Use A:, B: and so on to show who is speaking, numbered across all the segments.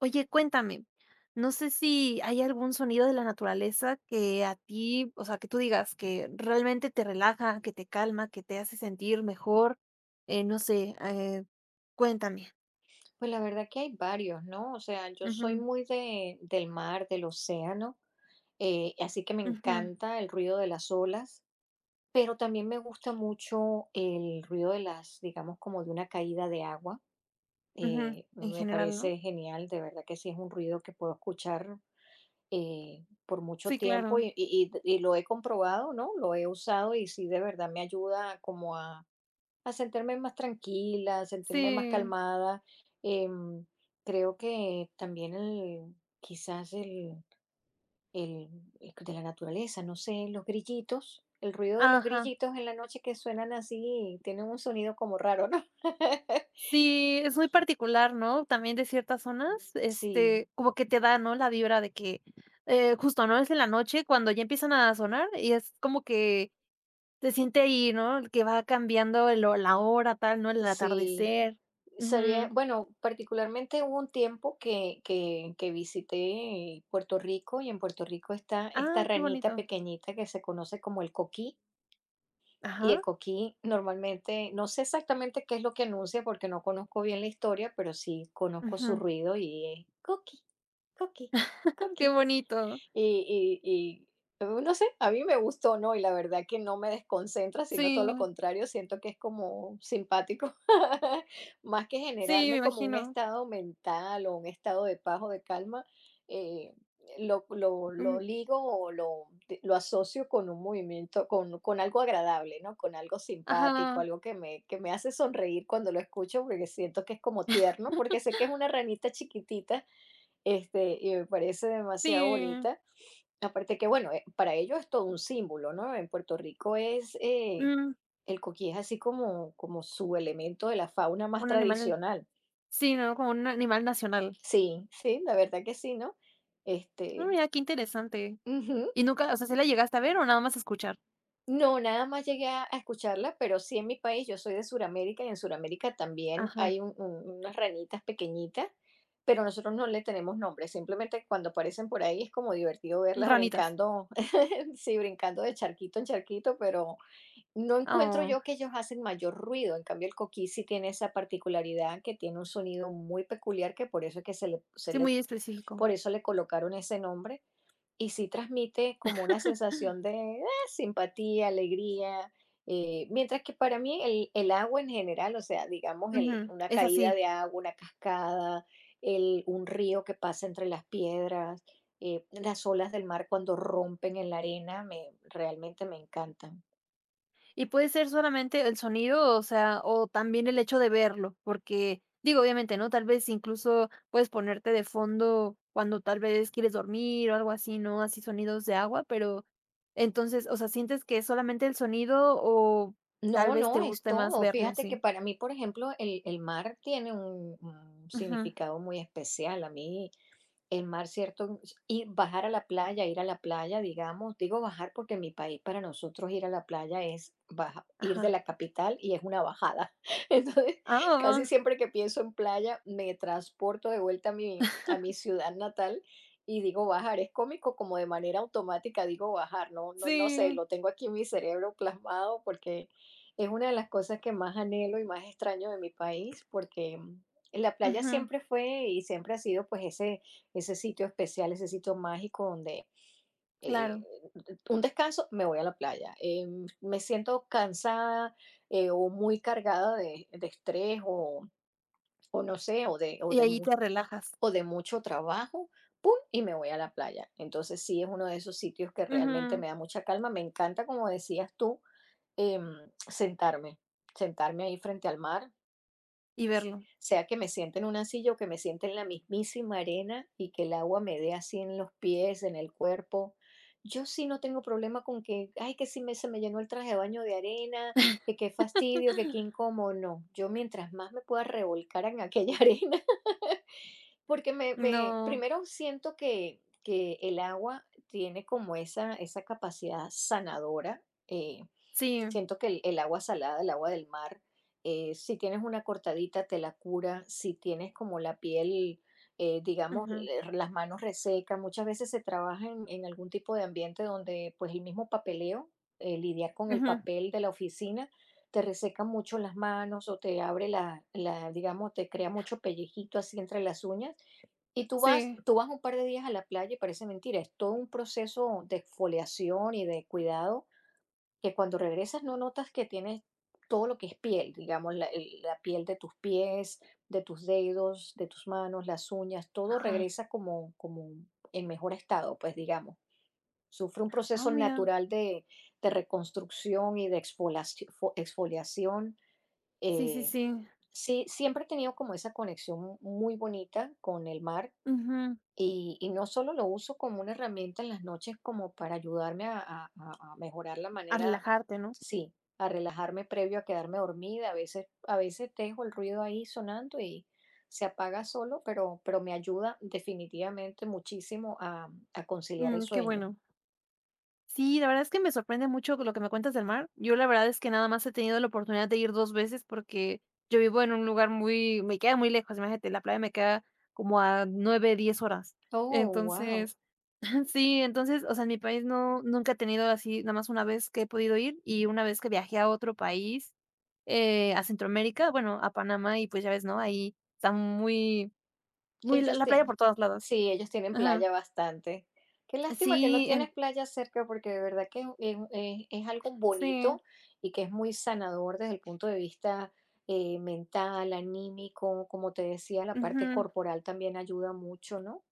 A: Oye, cuéntame, no sé si hay algún sonido de la naturaleza que a ti, o sea, que tú digas que realmente te relaja, que te calma, que te hace sentir mejor, no sé, cuéntame.
B: Pues la verdad que hay varios, ¿no? O sea, yo soy
A: Ujú,
B: muy del mar, del océano, así que me
A: ujú,
B: encanta el ruido de las olas, pero también me gusta mucho el ruido digamos, como de una caída de agua.
A: ujú. En
B: Me
A: general, ¿no?
B: parece genial, de verdad que sí es un ruido que puedo escuchar por mucho
A: Sí,
B: tiempo,
A: claro.
B: y lo he comprobado, ¿no? Lo he usado y sí de verdad me ayuda como a sentirme más tranquila, a sentirme más
A: Sí.
B: calmada. Em, Creo que también quizás el- el de la naturaleza, no sé, los grillitos, el ruido de los
A: Ajá.
B: grillitos en la noche que suenan así, tienen un sonido como raro, ¿no?
A: Sí, es muy particular, ¿no? También de ciertas zonas,
B: Sí,
A: este, como que te da, ¿no? La vibra de que justo, ¿no? Es en la noche cuando ya empiezan a sonar y es como que se siente ahí, ¿no? Que va cambiando el ho la hora, tal, ¿no? El
B: sí.
A: atardecer.
B: Sabía,
A: Ujú.
B: bueno, particularmente hubo un tiempo que visité Puerto Rico, y en Puerto Rico está esta
A: Ah, qué
B: ranita
A: bonito.
B: pequeñita que se conoce como el coquí. Y el
A: Ajá.
B: coquí normalmente, no sé exactamente qué es lo que anuncia porque no conozco bien la historia, pero sí conozco su
A: Ujú.
B: ruido y es coquí, coquí,
A: Qué
B: coquí.
A: bonito.
B: Y y no sé, a mí me gustó, ¿no? Y la verdad que no me desconcentra, sino
A: Sí,
B: todo lo contrario, siento que es como simpático, más que
A: sí, me
B: generarme como un
A: imagino.
B: estado mental o un estado de paz o de calma. Eh, lo lo lo
A: Mm,
B: ligo o lo asocio con un movimiento, con algo agradable, ¿no? Con algo simpático,
A: ajá,
B: algo que me hace sonreír cuando lo escucho, porque siento que es como tierno, porque sé que es una ranita chiquitita, este, y me parece demasiado
A: sí.
B: bonita. Aparte que, bueno, para ellos es todo un símbolo, ¿no? En Puerto Rico
A: Mm,
B: el coquí es así como su elemento de la fauna más
A: un animal
B: tradicional.
A: sí, ¿no? Como un animal nacional.
B: Sí, sí, la verdad que sí, ¿no?
A: Ah,
B: Este,
A: mira, qué interesante.
B: ujú.
A: ¿Y nunca, o sea, se la llegaste a ver o nada más a escuchar?
B: No, nada más llegué a escucharla, pero sí en mi país, yo soy de Sudamérica, y en Sudamérica también
A: Ajá.
B: hay unas ranitas pequeñitas, pero nosotros no le tenemos nombre, simplemente cuando aparecen por ahí es como divertido verlas
A: Ranitas.
B: brincando, sí, brincando de charquito en charquito. Pero no encuentro
A: Oh,
B: yo que ellos hacen mayor ruido; en cambio, el coquí sí tiene esa particularidad, que tiene un sonido muy peculiar, que por eso es que
A: sí, muy específico.
B: por eso le colocaron ese nombre, y sí transmite como una sensación de ah, simpatía, alegría. Mientras que para mí el agua en general, o sea, digamos
A: Ujú,
B: una
A: es
B: caída
A: así.
B: de agua, una cascada, un río que pasa entre las piedras, las olas del mar cuando rompen en la arena, realmente me encantan.
A: Y puede ser solamente el sonido, o sea, o también el hecho de verlo, porque digo, obviamente, ¿no? Tal vez incluso puedes ponerte de fondo cuando tal vez quieres dormir o algo así, ¿no? Así sonidos de agua, pero entonces, o sea, ¿sientes que es solamente el sonido o tal
B: No,
A: vez
B: no,
A: te
B: es
A: guste más
B: todo.
A: verlo?
B: Fíjate que
A: Sí.
B: para mí, por ejemplo, el mar tiene un
A: Ujú,
B: significado muy especial. A mí, el mar, ¿cierto? Y bajar a la playa, ir a la playa, digamos. Digo bajar porque en mi país para nosotros ir a la playa es ir de
A: ajá.
B: la capital y es una bajada. Entonces, casi
A: Ah,
B: siempre que pienso en playa, me transporto de vuelta a mi, ciudad natal y digo bajar. Es cómico como de manera automática digo bajar, no, no, no sé,
A: sí.
B: lo tengo aquí en mi cerebro plasmado, porque es una de las cosas que más anhelo y más extraño de mi país. La playa
A: Ujú,
B: siempre fue y siempre ha sido pues ese sitio especial, ese sitio mágico donde eh,
A: claro.
B: un descanso, me voy a la playa. Me siento cansada, o muy cargada de estrés, o no sé, o de, o,
A: Y
B: de
A: ahí
B: mu-
A: te relajas.
B: o de mucho trabajo, ¡pum!, y me voy a la playa. Entonces, sí es uno de esos sitios que realmente
A: Ujú,
B: me da mucha calma. Me encanta, como decías tú, em, sentarme, sentarme, ahí frente al mar,
A: y verlo.
B: sea que me siente en una silla o que me siente en la mismísima arena y que el agua me dé así en los pies, en el cuerpo. Yo sí no tengo problema con que, ay, que si me, se me llenó el traje de baño de arena, que qué fastidio, que qué incómodo. No, yo, mientras más me pueda revolcar en aquella arena, porque
A: No.
B: primero siento que el agua tiene como esa, capacidad sanadora.
A: Sí.
B: Siento que el agua salada, el agua del mar, si tienes una cortadita te la cura, si tienes como la piel, digamos,
A: Ujú,
B: las manos resecas, muchas veces se trabaja en algún tipo de ambiente donde, pues, el mismo papeleo, lidiar con el
A: ujú.
B: papel de la oficina, te reseca mucho las manos, o te abre digamos, te crea mucho pellejito así entre las uñas. Y tú vas,
A: Sí,
B: tú vas un par de días a la playa y parece mentira, es todo un proceso de exfoliación y de cuidado, que cuando regresas no notas que tienes todo lo que es piel, digamos, la piel de tus pies, de tus dedos, de tus manos, las uñas, todo
A: ajá.
B: regresa como en mejor estado, pues, digamos. Sufre un
A: Ah,
B: proceso
A: mira,
B: natural de reconstrucción y de exfoliación.
A: sí, sí,
B: eh,
A: sí.
B: sí, siempre he tenido como esa conexión muy bonita con el mar,
A: Ujú.
B: y no solo lo uso como una herramienta en las noches como para ayudarme a, a mejorar la
A: A
B: manera,
A: relajarte, ¿no?
B: sí, a relajarme previo a quedarme dormida. a veces, dejo el ruido ahí sonando y se apaga solo, pero me ayuda definitivamente muchísimo a conciliar el
A: Mm, qué
B: sueño.
A: bueno. Sí, la verdad es que me sorprende mucho lo que me cuentas del mar. Yo la verdad es que nada más he tenido la oportunidad de ir 2 veces porque yo vivo en un lugar muy me queda muy lejos, imagínate, la playa me queda como a 9 10 horas.
B: Oh, wow.
A: Entonces, sí, entonces, o sea, en mi país no nunca he tenido así, nada más una vez que he podido ir y una vez que viajé a otro país, a Centroamérica, bueno, a Panamá y, pues, ya ves, ¿no? Ahí está muy Muy la
B: Ellos
A: la playa
B: tienen
A: por todos lados.
B: sí, ellos tienen
A: Ajá.
B: playa bastante. Qué lástima que no
A: Sí, en
B: tienes playa cerca, porque de verdad que es, es algo
A: sí,
B: bonito y que es muy sanador desde el punto de vista mental, anímico, como te decía; la parte
A: ujú.
B: corporal también ayuda mucho, ¿no?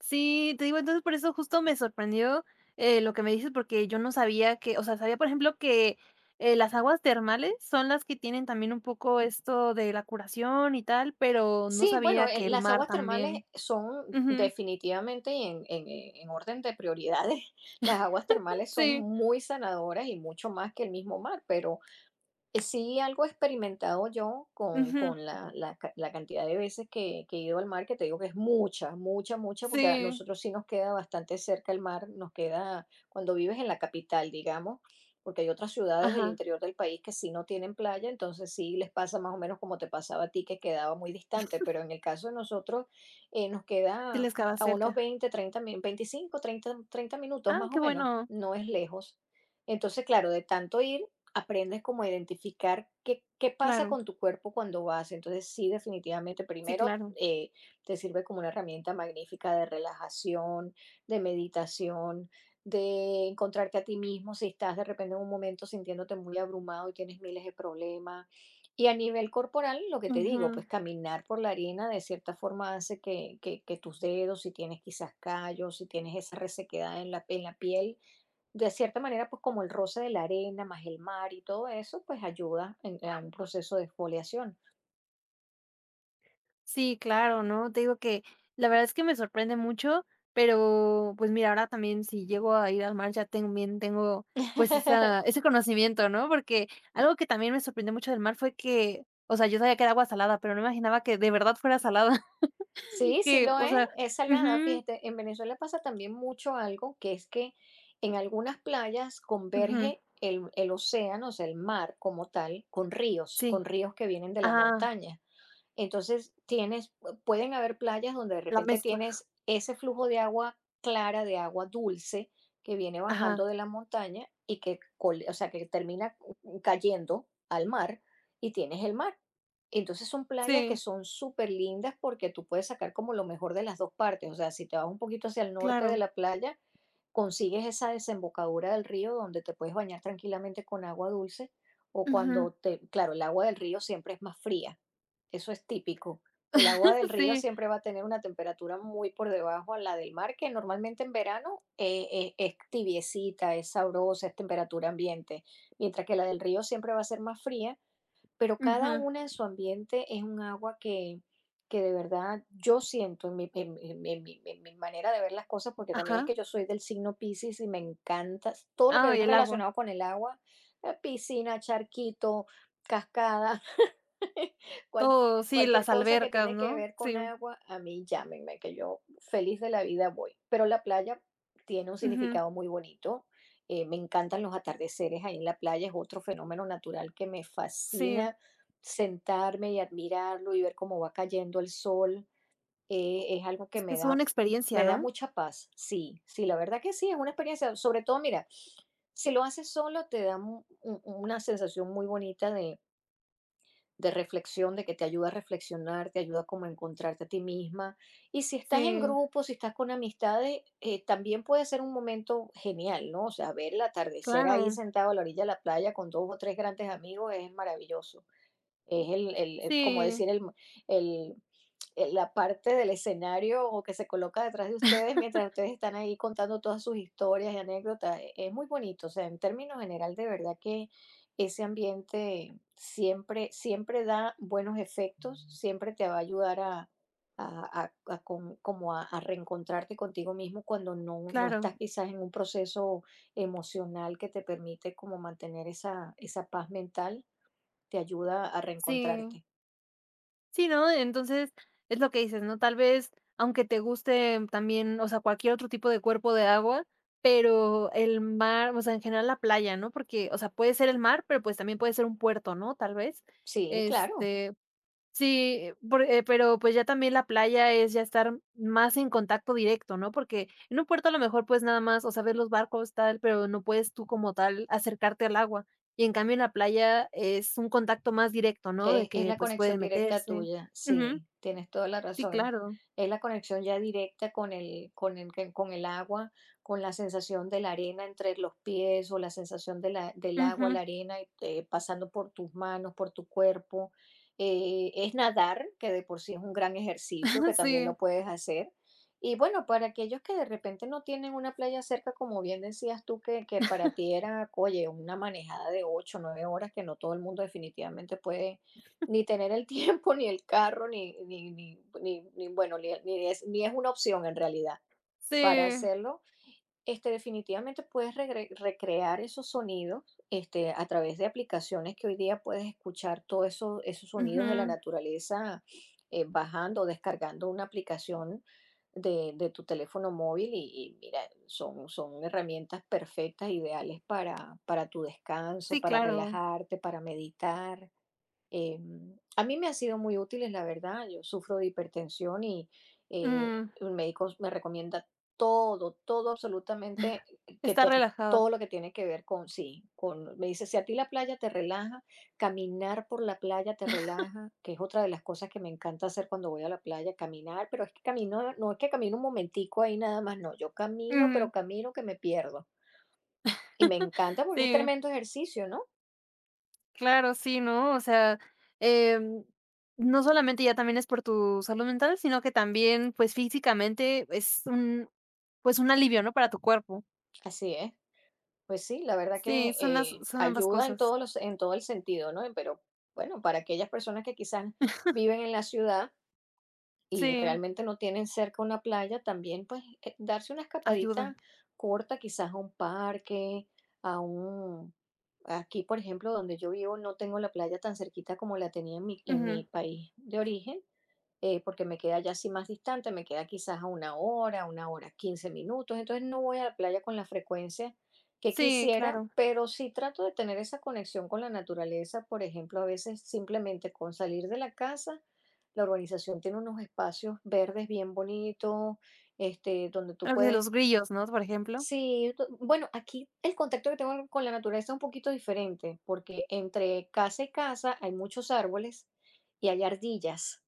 A: Sí, te digo, entonces por eso justo me sorprendió, lo que me dices, porque yo no sabía que o sea, sabía, por ejemplo, que, las aguas termales son las que tienen también un poco esto de la curación y tal, pero no
B: Sí, bueno,
A: sabía que el
B: las
A: mar
B: aguas termales
A: también.
B: son
A: Ujú.
B: definitivamente, y en orden de prioridades, las aguas termales son
A: Sí,
B: muy sanadoras y mucho más que el mismo mar. Pero sí, algo he experimentado yo con
A: ujú,
B: con la cantidad de veces que he ido al mar, que te digo que es mucha, mucha, mucha, porque a
A: sí,
B: nosotros sí nos queda bastante cerca el mar, nos queda cuando vives en la capital, digamos, porque hay otras ciudades del
A: ajá,
B: interior del país que sí no tienen playa, entonces sí les pasa más o menos como te pasaba a ti, que quedaba muy distante. Pero en el caso de nosotros, nos
A: sí
B: queda
A: les quedaba
B: a unos
A: cerca.
B: 20 30 min 25 30 30 minutos
A: Ah,
B: más o
A: qué
B: menos,
A: bueno.
B: no es lejos. Entonces, claro, de tanto ir, aprendes como a identificar qué, pasa
A: Claro,
B: con tu cuerpo cuando vas. Entonces, sí, definitivamente,
A: sí,
B: primero,
A: claro.
B: te sirve como una herramienta magnífica de relajación, de meditación, de encontrarte a ti mismo si estás de repente en un momento sintiéndote muy abrumado y tienes miles de problemas. Y a nivel corporal, lo que te digo,
A: Ujú.
B: pues caminar por la arena de cierta forma hace que tus dedos, si tienes quizás callos, si tienes esa resequedad en la, piel, de cierta manera, pues como el roce de la arena, más el mar y todo eso, pues ayuda a un proceso de exfoliación.
A: Sí, claro, ¿no? Te digo que la verdad es que me sorprende mucho, pero pues mira, ahora también si llego a ir al mar ya también tengo pues esa, ese conocimiento, ¿no? Porque algo que también me sorprendió mucho del mar fue que, o sea, yo sabía que era agua salada, pero no imaginaba que de verdad fuera salada,
B: Sí, sí
A: que,
B: lo
A: o
B: es,
A: sea,
B: es salada.
A: ujú,
B: Fíjate, en Venezuela pasa también mucho algo que es que en algunas playas
A: ujú,
B: converge el océano, o sea, el mar como tal, con ríos,
A: sí,
B: con ríos que vienen de la
A: ajá,
B: montaña. Entonces, pueden haber playas donde de
A: la
B: repente
A: mezcla,
B: tienes ese flujo de agua clara, de agua dulce, que viene bajando
A: ajá,
B: de la montaña y que, o sea, que termina cayendo al mar, y tienes el mar. Entonces, son playas que
A: sí,
B: son súper lindas, porque tú puedes sacar como lo mejor de las dos partes. O sea, si te vas un poquito hacia el norte de
A: claro,
B: la playa, consigues esa desembocadura del río donde te puedes bañar tranquilamente con agua dulce, o
A: ujú,
B: claro, el agua del río siempre es más fría, eso es típico. El agua del río
A: sí,
B: siempre va a tener una temperatura muy por debajo a la del mar, que normalmente en verano, es tibiecita, es sabrosa, es temperatura ambiente, mientras que la del río siempre va a ser más fría. Pero cada
A: ujú,
B: una en su ambiente es un agua que de verdad yo siento en mi, en mi manera de ver las cosas, porque también es
A: ajá,
B: que yo soy del signo Piscis y me encanta todo lo que
A: ah,
B: es
A: y el agua,
B: relacionado con el agua, piscina, charquito, cascada, cual-
A: todo, sí,
B: cualquier
A: las
B: cosa que
A: albercas,
B: tiene que
A: ¿no?
B: ver con
A: Sí.
B: agua, a mí llámenme, que yo, feliz de la vida, voy. Pero la playa tiene un
A: Ujú.
B: significado muy bonito. Me encantan los atardeceres ahí en la playa, es otro fenómeno natural que me
A: Sí,
B: fascina sentarme y admirarlo y ver cómo va cayendo el sol. Es algo que
A: es que
B: me
A: es
B: da,
A: una experiencia,
B: me da
A: ¿no?
B: mucha paz. Sí, sí, la verdad que sí, es una experiencia. Sobre todo, mira, si lo haces solo, te da una sensación muy bonita de reflexión, de que te ayuda a reflexionar, te ayuda como a encontrarte a ti misma. Y si estás en
A: Sí,
B: grupo, si estás con amistades, también puede ser un momento genial, ¿no? O sea, ver el atardecer ahí
A: claro,
B: sentado a la orilla de la playa con dos o tres grandes amigos es maravilloso. Es el- como
A: sí,
B: decir, el la parte del escenario o que se coloca detrás de ustedes mientras ustedes están ahí contando todas sus historias y anécdotas. Es muy bonito, o sea, en términos general, de verdad que ese ambiente siempre, siempre da buenos efectos, siempre te va a ayudar a, a reencontrarte contigo mismo cuando no
A: claro,
B: estás quizás en un proceso emocional que te permite como mantener esa paz mental, te ayuda a
A: sí,
B: reencontrarte.
A: sí, ¿no? Entonces, es lo que dices, ¿no? Tal vez, aunque te guste también, o sea, cualquier otro tipo de cuerpo de agua, pero el mar, o sea, en general la playa, ¿no? Porque, o sea, puede ser el mar, pero pues también puede ser un puerto, ¿no? Tal vez,
B: Sí, claro.
A: este, sí, por pero, pues, ya también la playa es ya estar más en contacto directo, ¿no? Porque en un puerto a lo mejor, pues, nada más, o sea, ver los barcos, tal, pero no puedes tú como tal acercarte al agua. Y en cambio en la playa es un contacto más directo, ¿no? De
B: Es
A: que,
B: la
A: pues,
B: conexión
A: pueden
B: directa
A: meterse.
B: tuya,
A: Ujú.
B: sí, tienes toda la
A: Sí,
B: razón.
A: claro.
B: Es la conexión ya directa con el agua, con la sensación de la arena entre los pies o la sensación de la del agua, la
A: Ujú.
B: arena, y, pasando por tus manos, por tu cuerpo. Es nadar, que de por sí es un gran ejercicio, que también
A: Sí,
B: lo puedes hacer. Y bueno, para aquellos que de repente no tienen una playa cerca, como bien decías tú, que para ti era, oye, una manejada de 8, 9 horas, que no todo el mundo definitivamente puede ni tener el tiempo, ni el carro, ni, ni, ni, ni, ni, bueno, ni es una opción en realidad. Para
A: sí.
B: hacerlo, este, definitivamente puedes recrear esos sonidos este, a través de aplicaciones que hoy día puedes escuchar todos esos sonidos de la
A: Ujú.
B: naturaleza, bajando o descargando una aplicación de tu teléfono móvil y mira, son herramientas perfectas, ideales para tu descanso,
A: Sí,
B: para
A: claro.
B: relajarte, para meditar. A mí me han sido muy útiles, la verdad. Yo sufro de hipertensión y
A: Mm,
B: el médico me recomienda todo, todo absolutamente
A: estar relajada.
B: todo lo que tiene que ver con sí, con me dice, si a ti la playa te relaja, caminar por la playa te relaja, que es otra de las cosas que me encanta hacer cuando voy a la playa, caminar, pero es que camino, no es que camino un momentico ahí nada más, no, yo camino,
A: Ujú.
B: pero camino que me pierdo. Y me encanta porque es
A: Sí.
B: tremendo ejercicio, ¿no?
A: Claro, sí, ¿no? O sea, em, no solamente ya también es por tu salud mental, sino que también, pues, físicamente es un, pues, un alivio, ¿no? Para tu cuerpo.
B: Así es. Pues sí, la verdad
A: Sí,
B: que
A: son las son ambas
B: ayuda en
A: cosas.
B: todos los, en todo el sentido, ¿no? Pero bueno, para aquellas personas que quizás viven en la ciudad y
A: Sí,
B: realmente no tienen cerca una playa, también pues darse una
A: ayuda.
B: escapadita corta, quizás a un parque, a un... Aquí, por ejemplo, donde yo vivo, no tengo la playa tan cerquita como la tenía en
A: Ujú.
B: mi país de origen, porque me queda ya así más distante, me queda quizás a una hora, 15 minutos, entonces no voy a la playa con la frecuencia que
A: Sí,
B: quisiera,
A: claro.
B: pero sí trato de tener esa conexión con la naturaleza, por ejemplo, a veces simplemente con salir de la casa, la urbanización tiene unos espacios verdes bien bonitos, este, donde tú
A: Lo que
B: puedes...
A: los grillos, ¿no? Por ejemplo.
B: Sí, bueno, aquí el contacto que tengo con la naturaleza es un poquito diferente, porque entre casa y casa hay muchos árboles y hay ardillas.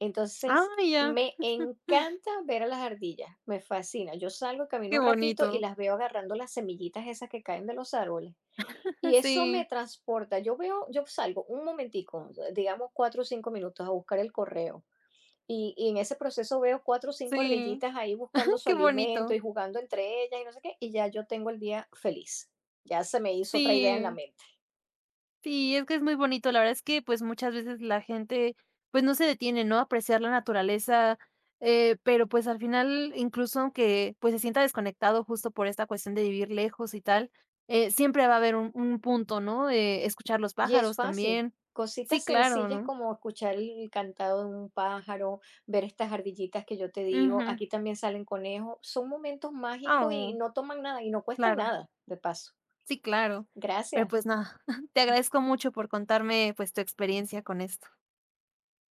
B: Entonces,
A: Ah, ya,
B: me encanta ver a las ardillas, me fascina. Yo salgo, camino
A: qué
B: un ratito y
A: bonito.
B: las veo agarrando las semillitas esas que caen de los árboles. Y eso me
A: Sí,
B: transporta. Yo veo, yo salgo un momentico, digamos 4 o 5 minutos a buscar el correo. Y en ese proceso veo cuatro o cinco
A: sí.
B: ardillitas ahí buscando su
A: Qué
B: alimento
A: bonito.
B: y jugando entre ellas y no sé qué. Y ya yo tengo el día feliz. Ya se me hizo otra idea en la
A: Sí.
B: mente.
A: Sí, es que es muy bonito. La verdad es que, pues, muchas veces la gente, pues, no se detiene, ¿no?, a apreciar la naturaleza, pero, pues, al final, incluso aunque, pues, se sienta desconectado justo por esta cuestión de vivir lejos y tal, siempre va a haber un punto, ¿no?, escuchar los
B: Y es
A: pájaros
B: fácil.
A: también. Sí,
B: Cositas
A: claro,
B: sencillas
A: ¿no?
B: como escuchar el cantado de un pájaro, ver estas ardillitas que yo te digo,
A: Ujú.
B: aquí también salen conejos, son momentos mágicos y
A: Oh,
B: no toman nada y no cuestan
A: claro.
B: nada, de paso.
A: Sí, claro. Pero,
B: Gracias.
A: pues, nada, te agradezco mucho por contarme, pues, tu experiencia con esto.